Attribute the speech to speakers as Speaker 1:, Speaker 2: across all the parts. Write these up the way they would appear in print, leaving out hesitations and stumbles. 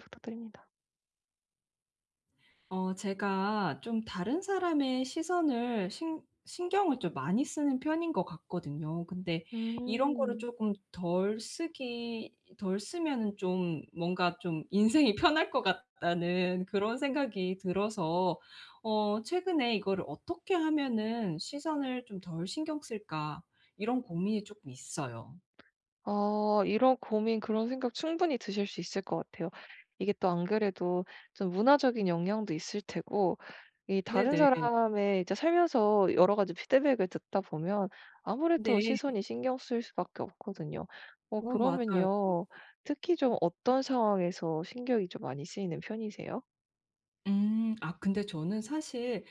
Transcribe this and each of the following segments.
Speaker 1: 부탁드립니다.
Speaker 2: 제가 좀 다른 사람의 시선을 신 신경을 좀 많이 쓰는 편인 것 같거든요. 근데 이런 거를
Speaker 1: 음.
Speaker 2: 조금 덜 쓰면은 좀 뭔가 좀 '인생이 편할 것 같다.'는 그런 생각이 들어서 최근에 이거를 '어떻게 하면은 시선을 좀 덜 신경 쓸까.' 이런 고민이 조금 있어요.
Speaker 1: 아 이런 고민 그런 생각 충분히 드실 수 있을 것 같아요. 이게 또 안 그래도 좀 문화적인 영향도 있을 테고 이 다른
Speaker 2: 네네.
Speaker 1: 사람의 이제 살면서 여러 가지 피드백을 듣다 보면 아무래도
Speaker 2: 네.
Speaker 1: 시선이 신경 쓰일 수밖에 없거든요. 어
Speaker 2: 어 맞아요.
Speaker 1: 그러면요. 특히 좀 어떤 상황에서 신경이 좀 많이 쓰이는 편이세요?
Speaker 2: 음. 아 근데 저는 사실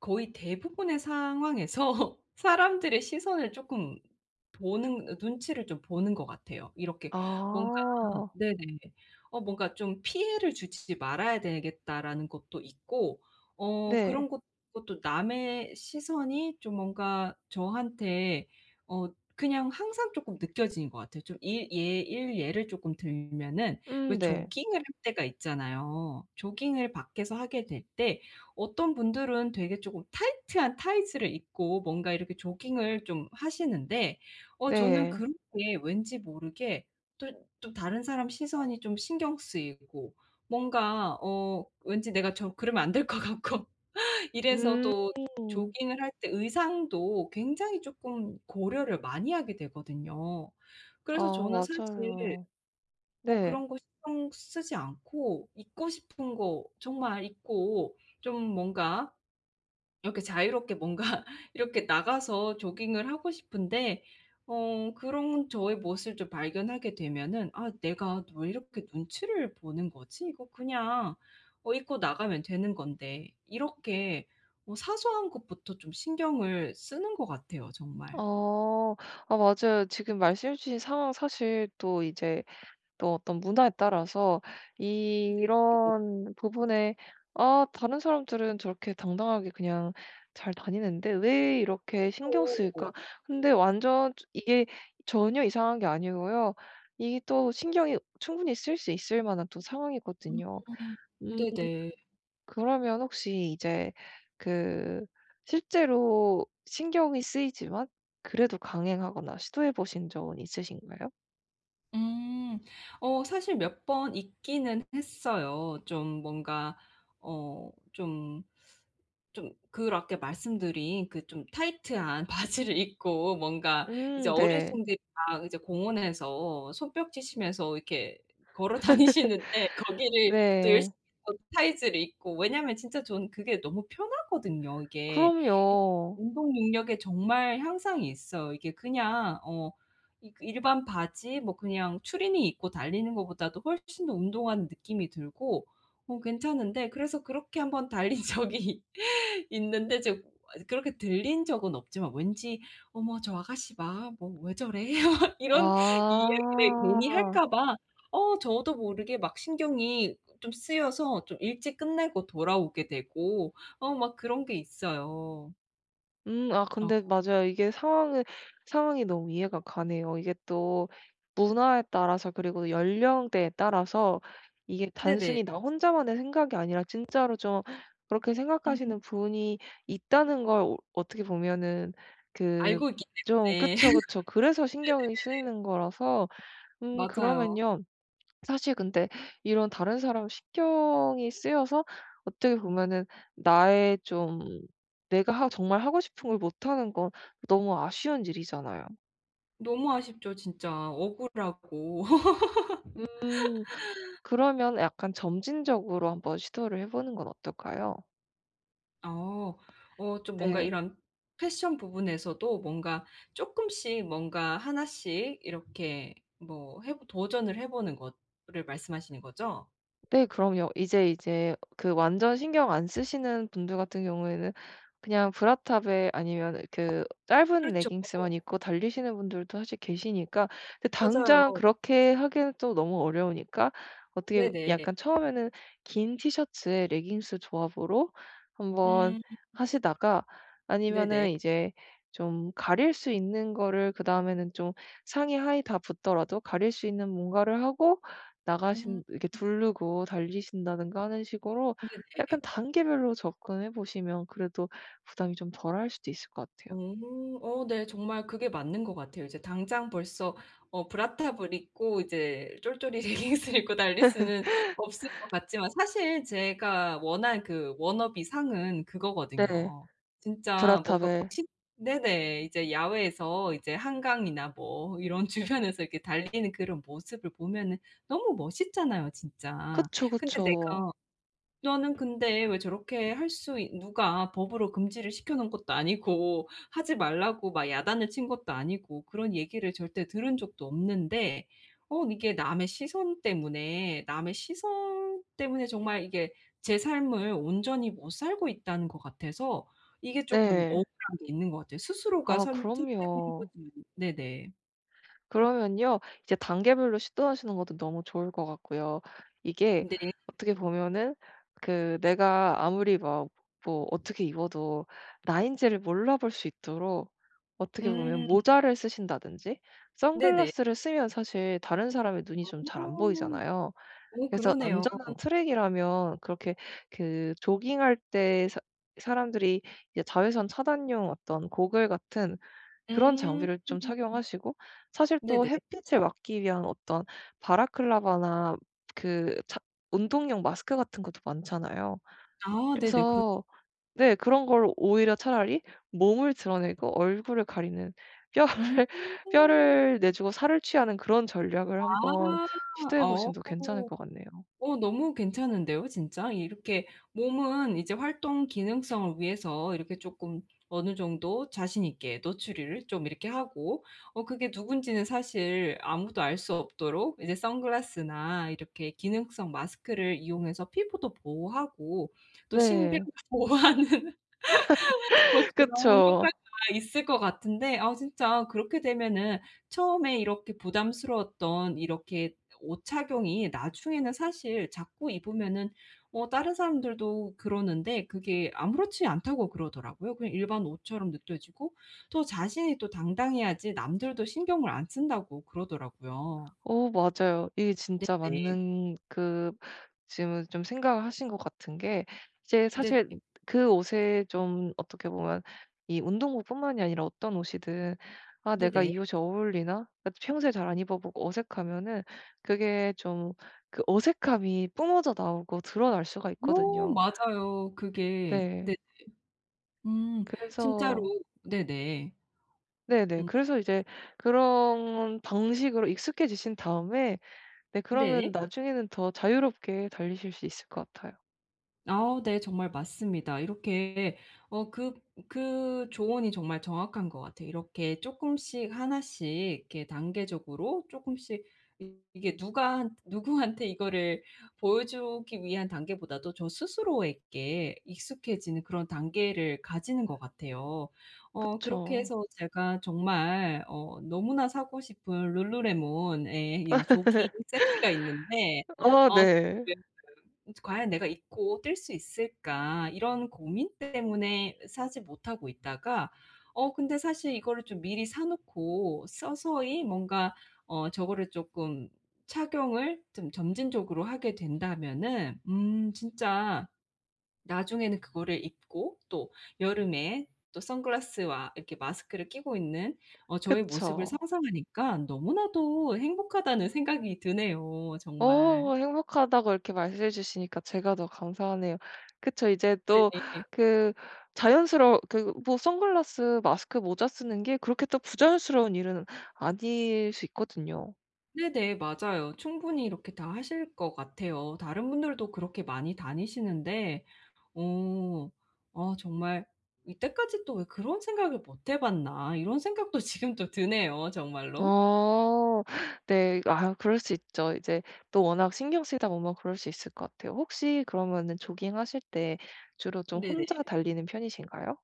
Speaker 2: 거의 대부분의 상황에서 사람들의 시선을 조금 보는 눈치를 좀 보는 것 같아요. 이렇게 뭔가.
Speaker 1: 아.
Speaker 2: 네네. 뭔가 좀 '피해를 주지 말아야 되겠다.'라는 것도 있고 어 그런
Speaker 1: 네.
Speaker 2: 것 것도 남의 시선이 좀 뭔가 저한테 어 그냥 항상 조금 느껴지는 것 같아요. 좀일예일 예를 조금 들면은 왜
Speaker 1: 네.
Speaker 2: 조깅을 할 때가 있잖아요. 조깅을 밖에서 하게 될때 어떤 분들은 되게 조금 타이트한 타이츠를 입고 뭔가 이렇게 조깅을 좀 하시는데 저는
Speaker 1: 네.
Speaker 2: 그런 게 왠지 모르게 또 또 다른 사람 시선이 좀 신경 쓰이고 뭔가 왠지 내가 저 그러면 안 될 것 같고 이래서
Speaker 1: 음.
Speaker 2: 또 조깅을 할 때 의상도 굉장히 조금 고려를 많이 하게 되거든요.
Speaker 1: 아
Speaker 2: 그래서 저는 사실
Speaker 1: 맞아요. 네.
Speaker 2: 그런 거 신경 쓰지 않고 입고 싶은 거 정말 입고 좀 뭔가 이렇게 자유롭게 뭔가 이렇게 나가서 조깅을 하고 싶은데 그런 저의 모습을 좀 발견하게 되면은 '아 내가 왜 이렇게 눈치를 보는 거지? 이거 그냥 입고 나가면 되는 건데.' 이렇게 뭐 사소한 것부터 좀 신경을 쓰는 것 같아요 정말.
Speaker 1: 어. 아 맞아요. 지금 말씀해 주신 상황 사실 또 이제 또 어떤 문화에 따라서
Speaker 2: 네네.
Speaker 1: 이런 부분에 '아 다른 사람들은 저렇게 당당하게 그냥 잘 다니는데 왜 이렇게 신경
Speaker 2: 또
Speaker 1: 쓰일까?' 근데 완전 이게 전혀 이상한 게 아니고요. 이게 또 신경이 충분히 쓸 수 있을 만한 또
Speaker 2: 음.
Speaker 1: 상황이거든요. 음.
Speaker 2: 네네.
Speaker 1: 그러면 혹시 이제 그 실제로 신경이 쓰이지만 그래도 강행하거나 시도해 보신 적은 있으신가요?
Speaker 2: 음. 어 사실 몇 번 있기는 했어요. 좀 뭔가 어좀 좀 그렇게 말씀드린 그 좀 타이트한 바지를 입고 뭔가 이제
Speaker 1: 네.
Speaker 2: 어르신들이 막 이제 공원에서 손뼉치시면서 이렇게 걸어 다니시는데 거기를 또
Speaker 1: 네.
Speaker 2: 열심히 또 타이즈를 입고 왜냐면 진짜 저는 그게 너무 편하거든요 이게. 이
Speaker 1: 그럼요.
Speaker 2: 운동 능력에 정말 향상이 있어요. 이게 그냥 이 그 일반 바지 뭐 그냥 추리닝 입고 달리는 것보다도 훨씬 더 운동하는 느낌이 들고 괜찮은데 그래서 그렇게 한번 달린 적이 있는데 지금 그렇게 들린 적은 없지만 왠지 '어머 저 아가씨 막 뭐 왜 저래?' 막 이런 이야기를 괜히
Speaker 1: 아.
Speaker 2: 할까 봐 저도 모르게 막 신경이 좀 쓰여서 좀 일찍 끝내고 돌아오게 되고 막 그런 게 있어요.
Speaker 1: 아 근데
Speaker 2: 어
Speaker 1: 맞아요. 이게 상황을 상황이 너무 이해가 가네요. 이게 또 문화에 따라서 그리고 연령대에 따라서 이게
Speaker 2: 네네.
Speaker 1: 단순히 나 혼자만의 생각이 아니라 진짜로 좀 그렇게
Speaker 2: 음
Speaker 1: 생각하시는 분이 있다는 걸 어 어떻게 보면은 그
Speaker 2: 알고 있기
Speaker 1: 좀
Speaker 2: 때문에.
Speaker 1: 그쵸, 그쵸. 그래서 신경이 쓰이는 거라서
Speaker 2: 맞아요.
Speaker 1: 그러면요. 사실 근데 이런 다른 사람 신경이 쓰여서 어떻게 보면은 나의 좀 내가 하 정말 하고 싶은 걸 못하는 건 너무 아쉬운 일이잖아요.
Speaker 2: 너무 아쉽죠 진짜. 억울하고.
Speaker 1: 그러면 약간 점진적으로 한번 시도를 해 보는 건 어떨까요?
Speaker 2: 어. 좀 뭔가
Speaker 1: 네.
Speaker 2: 이런 패션 부분에서도 뭔가 조금씩 뭔가 하나씩 이렇게 뭐 해 도전을 해 보는 것을 말씀하시는 거죠?
Speaker 1: 네 그럼요. 이제 그 완전 신경 안 쓰시는 분들 같은 경우에는 그냥 브라탑에 아니면 그 짧은
Speaker 2: 그렇죠.
Speaker 1: 레깅스만 입고 달리시는 분들도 사실 계시니까 근데
Speaker 2: 맞아요.
Speaker 1: 당장 그렇게 하기는 또 너무 어려우니까 어떻게
Speaker 2: 네네.
Speaker 1: 약간 처음에는 긴 티셔츠에 레깅스 조합으로
Speaker 2: 음
Speaker 1: 한번 하시다가
Speaker 2: 네네.
Speaker 1: 아니면은 이제 좀 가릴 수 있는 거를 그다음에는 좀 상의 하의 다 붙더라도 가릴 수 있는 뭔가를 하고
Speaker 2: 음.
Speaker 1: 나가신 이렇게 두르고 달리신다든가 하는 식으로 약간 단계별로 접근해 보시면 그래도 부담이 좀 덜할 수도 있을 것 같아요.
Speaker 2: 오. 어 네. 정말 그게 맞는 것 같아요. 이제 당장 벌써 브라탑을 입고 이제 쫄쫄이 레깅스를 입고 달릴 수는 없을 것 같지만 사실 제가 원한 그 워너비 상은
Speaker 1: 네.
Speaker 2: 그거거든요. 진짜 뭔가
Speaker 1: 브라탑에.
Speaker 2: 시. 네네. 이제 야외에서 이제 한강이나 뭐 이런 주변에서 이렇게 달리는 그런 모습을 보면은 너무 멋있잖아요 진짜.
Speaker 1: 그쵸,
Speaker 2: 근데
Speaker 1: 그쵸.
Speaker 2: 내가 너는 근데 왜 저렇게 할 수 있 누가 법으로 금지를 시켜 놓은 것도 아니고 하지 말라고 막 야단을 친 것도 아니고 그런 얘기를 절대 들은 적도 없는데 이게 남의 시선 때문에 정말 이게 제 삶을 온전히 못 살고 있다는 것 같아서 이게 조금
Speaker 1: 네.
Speaker 2: 억울한 게 있는 것 같아요. 스스로가
Speaker 1: 아
Speaker 2: 선택한
Speaker 1: 그럼요.
Speaker 2: 거지만. 네네.
Speaker 1: 그러면요. 이제 단계별로 시도하시는 것도 너무 좋을 것 같고요. 이게
Speaker 2: 네.
Speaker 1: 어떻게 보면은 그 내가 아무리 막 뭐 어떻게 입어도 나인지를 몰라볼 수 있도록 어떻게 보면
Speaker 2: 음
Speaker 1: 모자를 쓰신다든지
Speaker 2: 네네.
Speaker 1: 선글라스를 쓰면 사실 다른 사람의 눈이 좀 잘 안
Speaker 2: 어.
Speaker 1: 보이잖아요.
Speaker 2: 오,
Speaker 1: 그래서
Speaker 2: 그러네요.
Speaker 1: 안전한 트랙이라면 그렇게 그 조깅할 때 사 사람들이 이제 자외선 차단용 어떤 고글 같은 그런
Speaker 2: 음.
Speaker 1: 장비를 좀 착용하시고 사실 또
Speaker 2: 네네.
Speaker 1: 햇빛을 막기 위한 어떤 바라클라바나 그 자 운동용 마스크 같은 것도 많잖아요.
Speaker 2: 아 네네. 그럴.
Speaker 1: 그래서 네 그런 걸 오히려 차라리 몸을 드러내고 얼굴을 가리는 뼈를
Speaker 2: 음.
Speaker 1: 뼈를 내주고 살을 취하는 그런 전략을
Speaker 2: 아.
Speaker 1: 한번 시도해
Speaker 2: 어.
Speaker 1: 보시면 또 괜찮을 것 같네요.
Speaker 2: 너무 괜찮은데요 진짜. 이렇게 몸은 이제 활동 기능성을 위해서 이렇게 쪼끔 어느 정도 자신 있게 노출을 좀 이렇게 하고 그게 누군지는 사실 아무도 알 수 없도록 이제 선글라스나 이렇게 기능성 마스크를 이용해서 피부도 보호하고 또 신변도
Speaker 1: 네.
Speaker 2: 보호하는 뭐 그런
Speaker 1: 그쵸.
Speaker 2: 효과가 있을 것 같은데 아 진짜 그렇게 되면은 처음에 이렇게 부담스러웠던 이렇게 옷 착용이 나중에는 사실 자꾸 입으면은 다른 사람들도 그러는데 그게 아무렇지 않다고 그러더라고요. 그냥 일반 옷처럼 느껴지고 또 자신이 또 당당해야지 남들도 신경을 안 쓴다고 그러더라고요.
Speaker 1: 어 맞아요. 이게 진짜
Speaker 2: 네네.
Speaker 1: 맞는 그 지금 좀 생각을 하신 것 같은 게 이제
Speaker 2: 네네.
Speaker 1: 사실 그 옷에 좀 어떻게 보면 이 운동복뿐만이 아니라 어떤 옷이든 '아 내가
Speaker 2: 네네.
Speaker 1: 이 옷이 어울리나?' 그러니까 평소에 잘 안 입어 보고 어색하면은 그게 좀 그 어색함이 뿜어져 나오고 드러날 수가
Speaker 2: 어
Speaker 1: 있거든요.
Speaker 2: 맞아요. 그게.
Speaker 1: 네.
Speaker 2: 네. 음.
Speaker 1: 그래서
Speaker 2: 진짜로. 네네.
Speaker 1: 네네.
Speaker 2: 음.
Speaker 1: 그래서 이제 그런 방식으로 익숙해지신 다음에 네 그러면
Speaker 2: 네.
Speaker 1: 나중에는 더 자유롭게 달리실 수 있을 것 같아요.
Speaker 2: 아 네. 정말 맞습니다. 이렇게 어 그 그 조언이 정말 정확한 것 같아요. 이렇게 조금씩 하나씩 이렇게 단계적으로 조금씩 이게 누구한테 이거를 보여주기 위한 단계보다도 저 스스로에게 익숙해지는 그런 단계를 가지는 것 같아요. 그렇게
Speaker 1: 그쵸.
Speaker 2: 해서 제가 정말 너무나 사고 싶은 룰루레몬의 이 조깅 세트가 있는데
Speaker 1: 어
Speaker 2: 어
Speaker 1: 네.
Speaker 2: 과연 내가 입고 뛸 수 있을까? 이런 고민 때문에 사지 못하고 있다가 근데 사실 이거를 좀 미리 사 놓고 서서히 뭔가 저거를 조금 착용을 좀 점진적으로 하게 된다면은 진짜 나중에는 그거를 입고 또 여름에 또 선글라스와 이렇게 마스크를 끼고 있는 저의 모습을
Speaker 1: 그쵸.
Speaker 2: 상상하니까 너무나도 행복하다는 생각이 드네요 정말.
Speaker 1: 어 행복하다고 이렇게 말씀해 주시니까 제가 더 감사하네요. 그쵸. 이제
Speaker 2: 네.
Speaker 1: 또 그 자연스러워 그 뭐 선글라스, 마스크, 모자 쓰는 게 그렇게 또 부자연스러운 일은 아닐 수 있거든요.
Speaker 2: 네네. 맞아요. 충분히 이렇게 다 하실 것 같아요. 다른 분들도 그렇게 많이 다니시는데 어 아 정말 '이때까지 또 왜 그런 생각을 못해 봤나.' 이런 생각도 지금 또 드네요 정말로.
Speaker 1: 어. 네. 아 그럴 수 있죠. 이제 또 워낙 신경 쓰이다 보면 그럴 수 있을 것 같아요. 혹시 그러면은 조깅하실 때 주로 좀
Speaker 2: 네네.
Speaker 1: 혼자 달리는 편이신가요?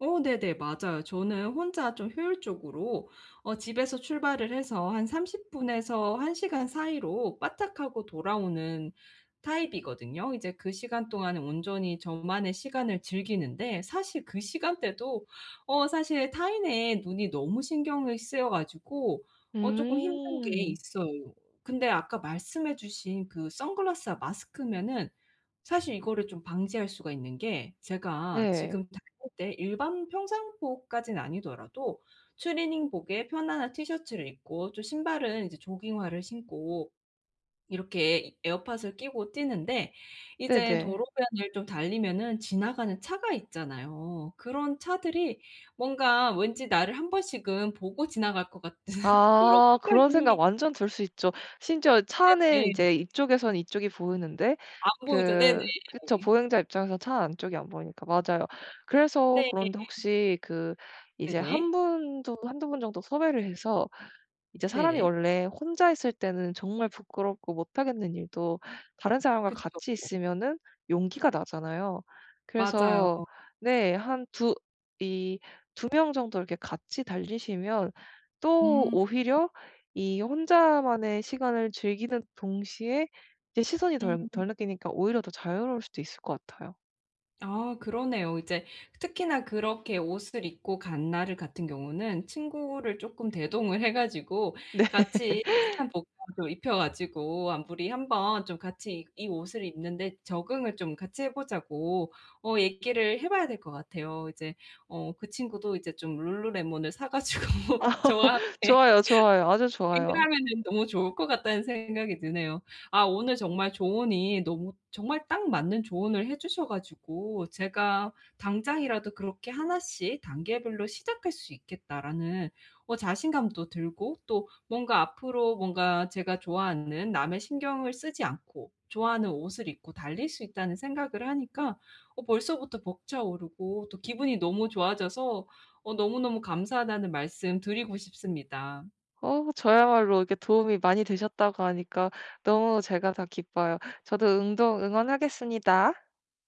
Speaker 2: 어 네네. 맞아요. 저는 혼자 좀 효율적으로 집에서 출발을 해서 한 30분 분에서 1시간 시간 사이로 빠딱하고 돌아오는 타입이거든요. 이제 그 시간 동안은 온전히 저만의 시간을 즐기는데 사실 그 시간대도 사실 타인의 눈이 너무 신경을 쓰여 가지고 어금 힘든 게
Speaker 1: 음.
Speaker 2: 있어요. 근데 아까 말씀해 주신 그 선글라스와 마스크면은 사실 이거를 좀 방지할 수가 있는 게 제가
Speaker 1: 네.
Speaker 2: 지금 다닐 때 일반 평상복까지는 아니더라도 트레이닝복에 편안한 티셔츠를 입고 또 신발은 이제 조깅화를 신고 이렇게 에어팟을 끼고 뛰는데 이제
Speaker 1: 네네.
Speaker 2: 도로변을 좀 달리면은 지나가는 차가 있잖아요. 그런 차들이 뭔가 왠지 나를 한 번씩은 보고 지나갈 것 같은 그런
Speaker 1: 아 그런 생각
Speaker 2: 생각이.
Speaker 1: 완전 들 수 있죠. 심지어 차 안에
Speaker 2: 네.
Speaker 1: 이제 이쪽에선 이쪽이 보이는데
Speaker 2: 안 보이죠. 네네.
Speaker 1: 그 그쵸. 보행자 입장에서 차 안쪽이 안 보이니까. 맞아요. 그래서
Speaker 2: 네.
Speaker 1: 그런데 혹시 그 이제 한
Speaker 2: 네네.
Speaker 1: 분도 한두 분 정도 섭외를 해서 이제 사람이
Speaker 2: 네네.
Speaker 1: 원래 혼자 있을 때는 정말 부끄럽고 못하겠는 일도 다른 사람과
Speaker 2: 그쵸.
Speaker 1: 같이 있으면은 용기가 나잖아요.
Speaker 2: 맞아요.
Speaker 1: 그래서 네 한 두 이 두 명 정도 이렇게 같이 달리시면 또
Speaker 2: 음
Speaker 1: 오히려 이 혼자만의 시간을 즐기는 동시에 이제 시선이
Speaker 2: 음.
Speaker 1: 덜 느끼니까 오히려 더 자유로울 수도 있을 것 같아요.
Speaker 2: 아 그러네요. 이제 특히나 그렇게 옷을 입고 간 날 같은 경우는 친구를 조금 대동을 해 가지고
Speaker 1: 네.
Speaker 2: 같이 비슷한 복장을 입혀 가지고 "아 우리 한번 좀 같이 이 옷을 입는데 적응을 좀 같이 해 보자고 얘기를 해 봐야 될 것 같아요." 이제 그 친구도 이제 좀 룰루레몬을 사 가지고 저와 함께
Speaker 1: 좋아요, 좋아요. 아주
Speaker 2: 구입
Speaker 1: 좋아요.
Speaker 2: 하면은 너무 좋을 것 같다는 생각이 드네요. 아 오늘 정말 조언이 너무 정말 딱 맞는 조언을 해 주셔 가지고 제가 당장이라도 그렇게 하나씩 단계별로 시작할 수 있겠다라는 자신감도 들고 또 뭔가 앞으로 뭔가 제가 좋아하는 남의 신경을 쓰지 않고 좋아하는 옷을 입고 달릴 수 있다는 생각을 하니까 벌써부터 벅차오르고 또 기분이 너무 좋아져서 너무너무 감사하다는 말씀 드리고 싶습니다.
Speaker 1: 어 저야말로 이게 도움이 많이 되셨다고 하니까 너무 제가 다 기뻐요. 저도 응동 응원하겠습니다.